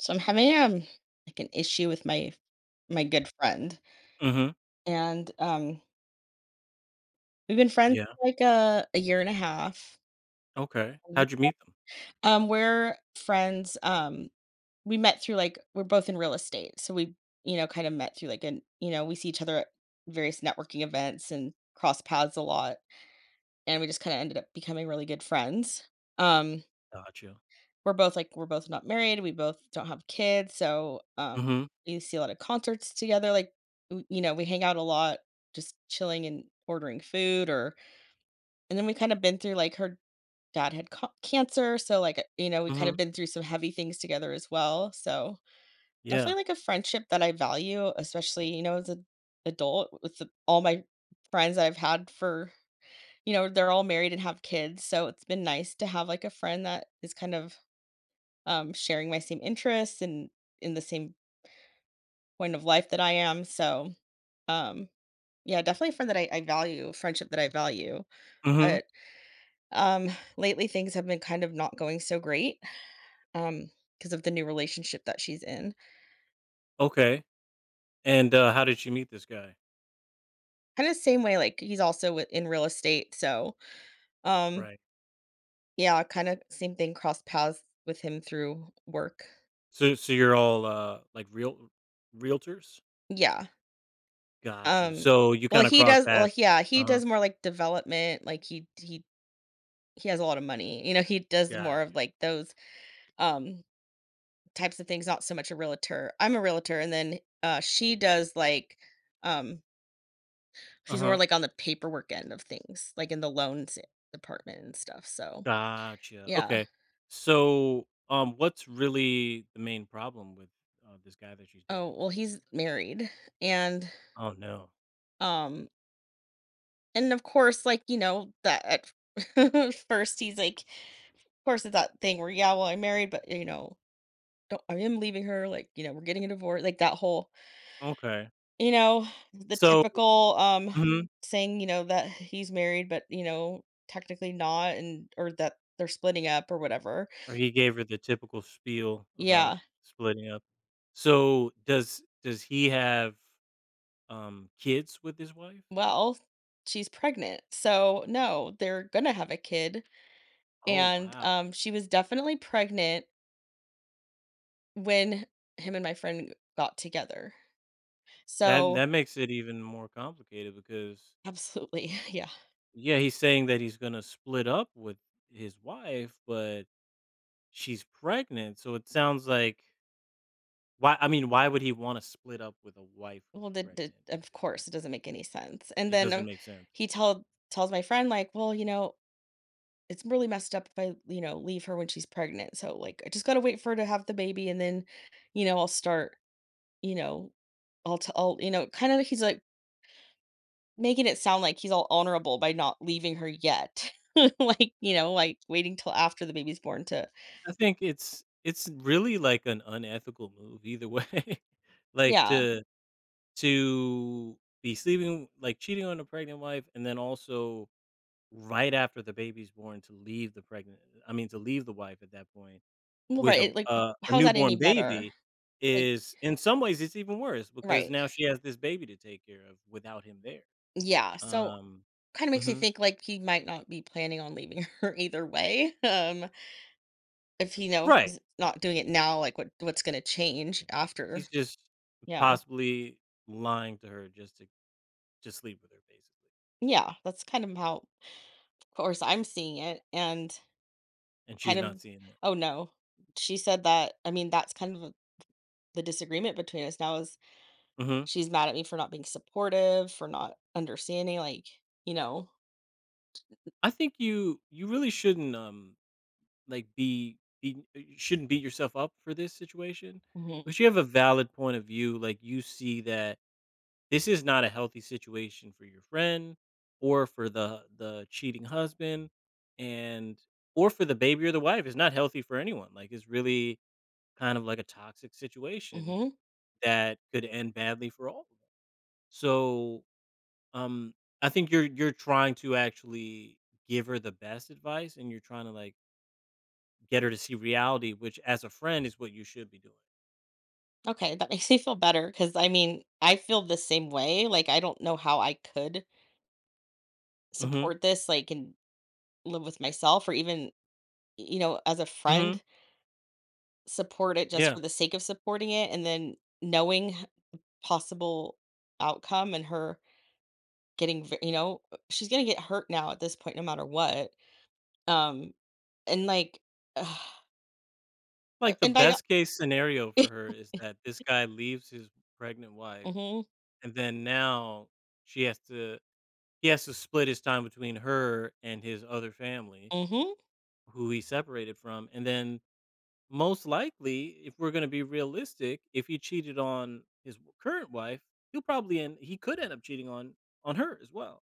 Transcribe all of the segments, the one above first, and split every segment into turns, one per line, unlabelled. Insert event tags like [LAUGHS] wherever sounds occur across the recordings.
So I'm having like an issue with my my good friend,
Mhm.
and um we've been friends
Yeah.
for like a year and a half.
Okay. How'd you meet them?
We're friends. We met through like we're both in real estate, so we you know, kind of met through like an you know we see each other at various networking events and cross paths a lot, and we just kind of ended up becoming really good friends. Um,
Gotcha.
We're both, like we're both not married, we both don't have kids, so,
Mhm.
we see a lot of concerts together, like, we hang out a lot just chilling and ordering food or and then we kinda been through, like her dad had ca cancer, so, like, you know, we kinda
Mhm.
been through some heavy things together as well, so
Yeah.
definitely, like, a friendship that I value, especially, you know, as an adult with the all my friends that I've had for you know, they're all married and have kids, so it's been nice to have, like, a friend that is kind of sharing my same interests and in the same point of life that I am. So, um, yeah, definitely a friend that I value, friendship that I value.
Mhm.
But um, lately, things have been kind of not going so great um, because of the new relationship that she's in.
Okay. And, how did you meet this guy?
Kind of same way, like he's also in real estate. So, um,
Right.
yeah, kind of same thing. Crossed paths with him through work.
So you're all, like, realtors?
Yeah.
Got you.
Um,
So you
well,
kinda
he
cross
does. Well,
paths.
yeah, he
Uh-huh.
does more like development. Like he he has a lot of money. You know, he does
Got
more of
you.
like those um types of things, not so much a realtor. I'm a realtor and then she does like um she's more
Uh-huh.
like on the paperwork end of things, like in the loans department and stuff. So
Gotcha.
yeah.
Okay. So, what's really the main problem with, this guy that she's
Oh,
dating?
well, he's married and
Oh, no.
um and of course like you know that at [LAUGHS] first he's like of course it's that thing where, yeah, well, I'm married, but you know, don't I am leaving her, like you know we're getting a divorce, like that whole,
Okay.
you know, the
So.
typical,
Mhm.
saying, you know, that he's married, but, you know, technically not, and or that they're splitting up or whatever.
Or he gave her the typical spiel about
Yeah.
splitting up. So, does he have, kids with his wife?
Well, she's pregnant. So, no, they're gonna have a kid,
Oh,
and,
wow.
she was definitely pregnant when him and my friend got together.
That
So
that makes it even more complicated because,
absolutely, [LAUGHS] yeah.
yeah, he's saying that he's gonna split up with his wife, but she's pregnant, so it sounds like why would he wanna split up with a wife who's
Well, the
pregnant at
of
this
course,
point?
it doesn't make any sense. And
It
then,
doesn't make sense.
he told tells my friend, like, "Well, you know, it's really messed up if I, you know, leave her when she's pregnant. So like I just gotta wait for her to have the baby and then, you know, I'll start, you know, I'll, you know, kind of he's like making it sound like he's all honorable by not leaving her yet." [LAUGHS] Like, you know, like waiting till after the baby's born to,
I think it's really, like, an unethical move either way. [LAUGHS] Like,
yeah.
to be sleeping like cheating on a pregnant wife and then also right after the baby's born to leave the pregnant I mean to leave the wife at that point
Well,
with
right. It, like,
a
how's that any
newborn
better?
baby
Like,
is in some ways it's even worse because
right.
now she has this baby to take care of without him there.
Yeah. So
Um
kind of makes me
mhm.
think like he might not be planning on leaving [LAUGHS] her either way. If he know if
Right.
he's not doing it now, like what's gonna change after?
He's just
Yeah.
possibly lying to her just to just sleep with her basically,
Yeah, that's kind of how of course I'm seeing it, and
and
kind
she's
of,
not seeing it.
oh no. She said that, I mean, that's kind of the disagreement between us now is
Mhm.
she's mad at me for not being supportive, for not understanding, like, you know.
I think you really shouldn't, um, like, be you shouldn't beat yourself up for this situation,
Mhm.
but you have a valid point of view, like, you see that this is not a healthy situation for your friend or for the cheating husband and or for the baby or the wife, it's not healthy for anyone, like, it's really kind of like a toxic situation
Mhm.
that could end badly for all of them. So, um, I think you're trying to actually give her the best advice, and you're trying to, like, get her to see reality, which as a friend is what you should be doing.
Okay, that [LAUGHS] makes me feel better cuz I mean, I feel the same way. Like I don't know how I could
Mm. Mhm.
support this, like, and live with myself or even, you know, as a
Mm. Mhm.
friend support it just
Yeah.
for the sake of supporting it and then knowing possible outcome and her you know, she's gonna get hurt now at this point no matter what, um and like [SIGHS]
Like the
and by
best case scenario
[LAUGHS]
for her is that this guy leaves his pregnant wife
mm-hmm,
and then now she has to he has to split his time between her and his other family
mm-hmm,
who he separated from, and then most likely, if we're going to be realistic, if he cheated on his w- current wife, he could end up cheating on her as well,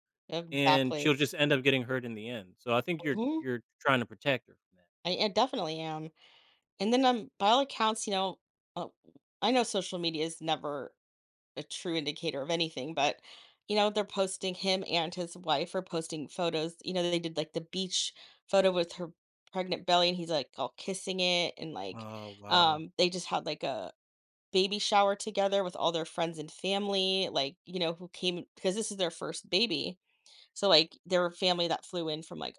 and
exactly,
she'll just end up getting hurt in the end. So I think you're
mm-hmm,
you're trying to protect her from.
I definitely am, and then by all accounts, you know, uh, I know social media is never a true indicator of anything, but you know, they're posting, him and his wife are posting photos. You know, they did like the beach photo with her pregnant belly and he's like all kissing it and like
Oh, wow.
they just had like a baby shower together with all their friends and family, like, you know, who came because this is their first baby. So like there were family that flew in from like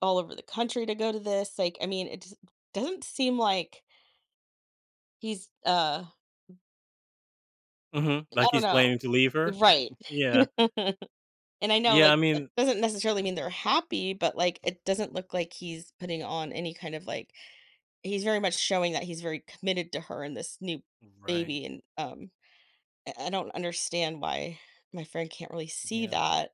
all over the country to go to this. Like, I mean, it just doesn't seem like he's
Mhm,
I
like
don't
he's
know.
planning to leave her?
Right.
[LAUGHS] Yeah.
[LAUGHS] And I know,
Yeah,
like,
I
that
mean.
doesn't necessarily mean they're happy, but, like, it doesn't look like he's putting on any kind of, like, he's very much showing that he's very committed to her and this new
Right.
baby, and, I don't understand why my friend can't really see
Yeah.
that,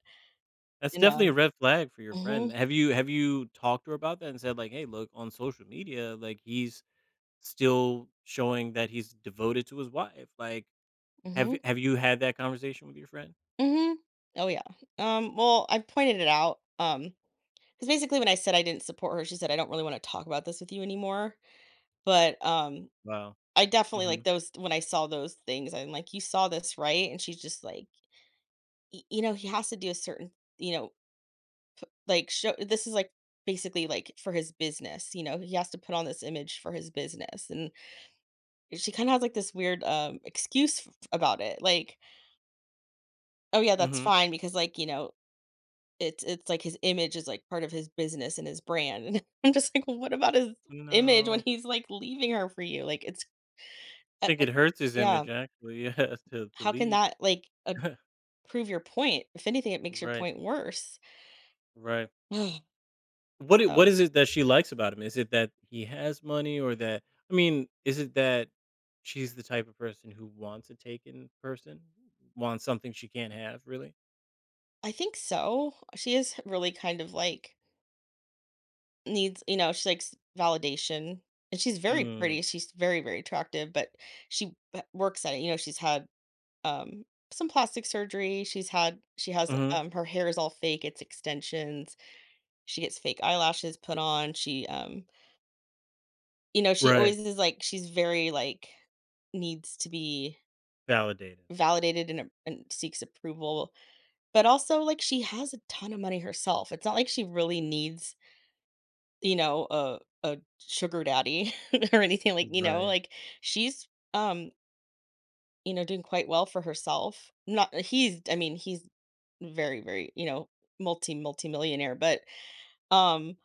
That's
and,
definitely a red flag for your friend.
mhm,
Have you talked to her about that and said like, "Hey, look, on social media, like he's still showing that he's devoted to his wife." Like, have
mhm,
have you had that conversation with your friend?
mhm. Oh, yeah. Well, I pointed it out, because basically when I said I didn't support her, she said, "I don't really wanna talk about this with you anymore," but,
Wow.
I definitely like,
Mhm.
those when I saw those things, I'm like, "You saw this, right?" And she's just like, you know, he has to do a certain, you know, like show this is like basically like for his business, you know, he has to put on this image for his business, and she kind of has like this weird excuse about it like, oh yeah, that's
Mhm.
fine because like you know it's like his image is like part of his business and his brand, [LAUGHS] and I'm just like, well, what about his image when
No.
he's like leaving her for you, like it's uh,
I think
uh,
it hurts his
yeah,
image actually, [LAUGHS] yeah, to
how can
leave.
that like
[LAUGHS]
prove your point, if anything it makes your
Right.
point worse.
Right.
[SIGHS]
What
So
is it that she likes about him? Is it that he has money or that is it that she's the type of person who wants a taken person? Wants something she can't have, really?
I think so. She is really kind of like needs, you know, she likes validation, and she's very
Mm.
pretty. She's very, very attractive, but works at it. You know, she's had um some plastic surgery. She's had, she has,
Mhm.
um, her hair is all fake, it's extensions. She gets fake eyelashes put on. She you know, she
Right.
always is like she's very like needs to be
Validated.
validated and, and seeks approval, but also like she has a ton of money herself, it's not like she really needs, you know, a sugar daddy [LAUGHS] or anything, like, you know,
Right.
like she's um, you know, doing quite well for herself. Not he's, I mean, he's very, very, you know, multi millionaire, but um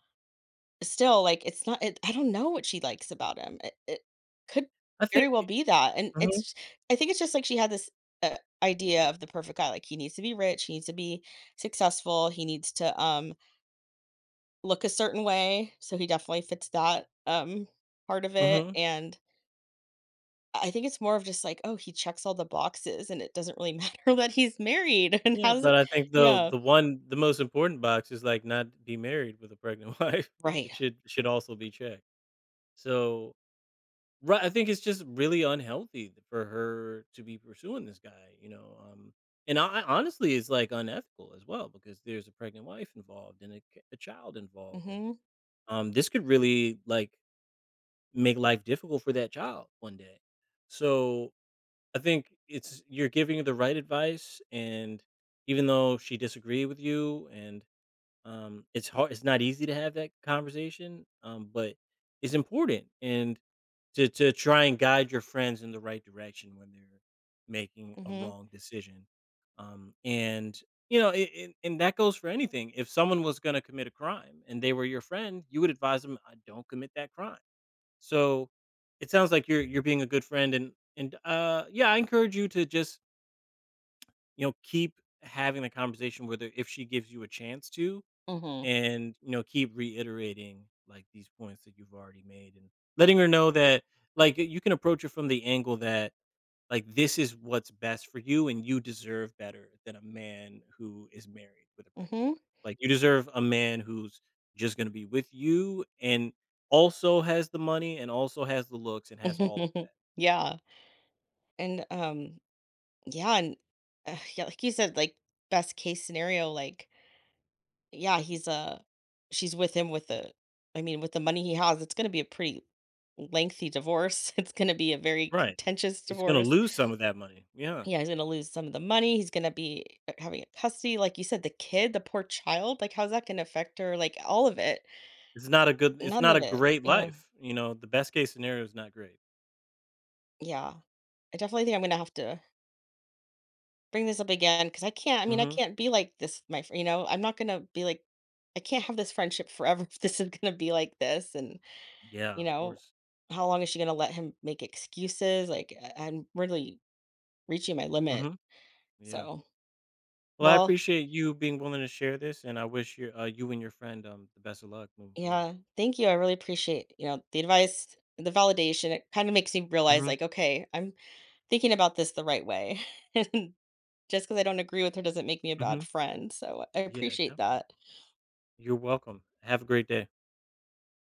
still, like, it's not it, I don't know what she likes about him. It could
I
very
think
well
it-
be that. And
Mhm.
it's, I think it's just like she had this uh, idea of the perfect guy, like he needs to be rich, he needs to be successful, he needs to look a certain way, so he definitely fits that, part of it,
Mhm.
and I think it's more of just like, "Oh, he checks all the boxes, and it doesn't really matter [LAUGHS] that he's married and
Yeah,
has"
but
it.
I think
Yeah.
the most important box is like not be married with a pregnant [LAUGHS] wife. But
Right.
It should also be checked. So. Right, I think it's just really unhealthy for her to be pursuing this guy, you know. And I honestly, it's like unethical as well because there's a pregnant wife involved and a, a child involved, and,
Mhm,
this could really like make life difficult for that child one day. So I think it's you're giving her the right advice, and even though she disagreed with you, and, it's not easy to have that conversation, but it's important and to try and guide your friends in the right direction when they're making a
mhm,
wrong decision. And you know, and that goes for anything. If someone was going to commit a crime and they were your friend, you would advise them, "I don't commit that crime." So it sounds like you're being a good friend, and yeah, I encourage you to just you know keep having the conversation with her if she gives you a chance to,
mhm,
and you know keep reiterating like these points that you've already made and letting her know that like you can approach it from the angle that like this is what's best for you and you deserve better than a man who is married with a pregnant
mhm.
wife, like you deserve a man who's just going to be with you and also has the money and also has the looks and has all of that.
[LAUGHS] Yeah, and, yeah, and, yeah, like you said, like, best case scenario, like, yeah, he's, she's with him with the, I mean, with the money he has, it's gonna be a pretty lengthy divorce. [LAUGHS] It's gonna be a very
Right,
contentious
he's going to
divorce.
lose some of that money, yeah.
Yeah, he's gonna lose some of the money. He's gonna be having a custody, like you said, the kid, the poor child. Like, how's that gonna affect her? Like, all of it,
It's
none
not
of
a
it.
great
Yeah,
life, you know, the best case scenario is not great.
yeah. I definitely think I'm gonna have to bring this up again because I can't. I mean, I
Hmm.
can't be like this, my. Friend. You know, I'm not gonna be like. I can't have this friendship forever [LAUGHS] if this is gonna be like this. And
Yeah,
you
of
know,
course.
how long is she gonna let him make excuses? Like, I'm really reaching my limit.
Mhm. Yeah.
So,
Well, I
well,
appreciate you being willing to share this, and I wish you, you and your friend, the best of luck moving forward.
yeah, thank you. I really appreciate, you know, the advice, the validation. It kind of makes me realize
Mhm.
like, okay, I'm thinking about this the right way. [LAUGHS] And just because I don't agree with her doesn't make me a bad
Mhm.
friend. So I
Yeah,
appreciate
definitely.
that.
You're welcome. Have a great day.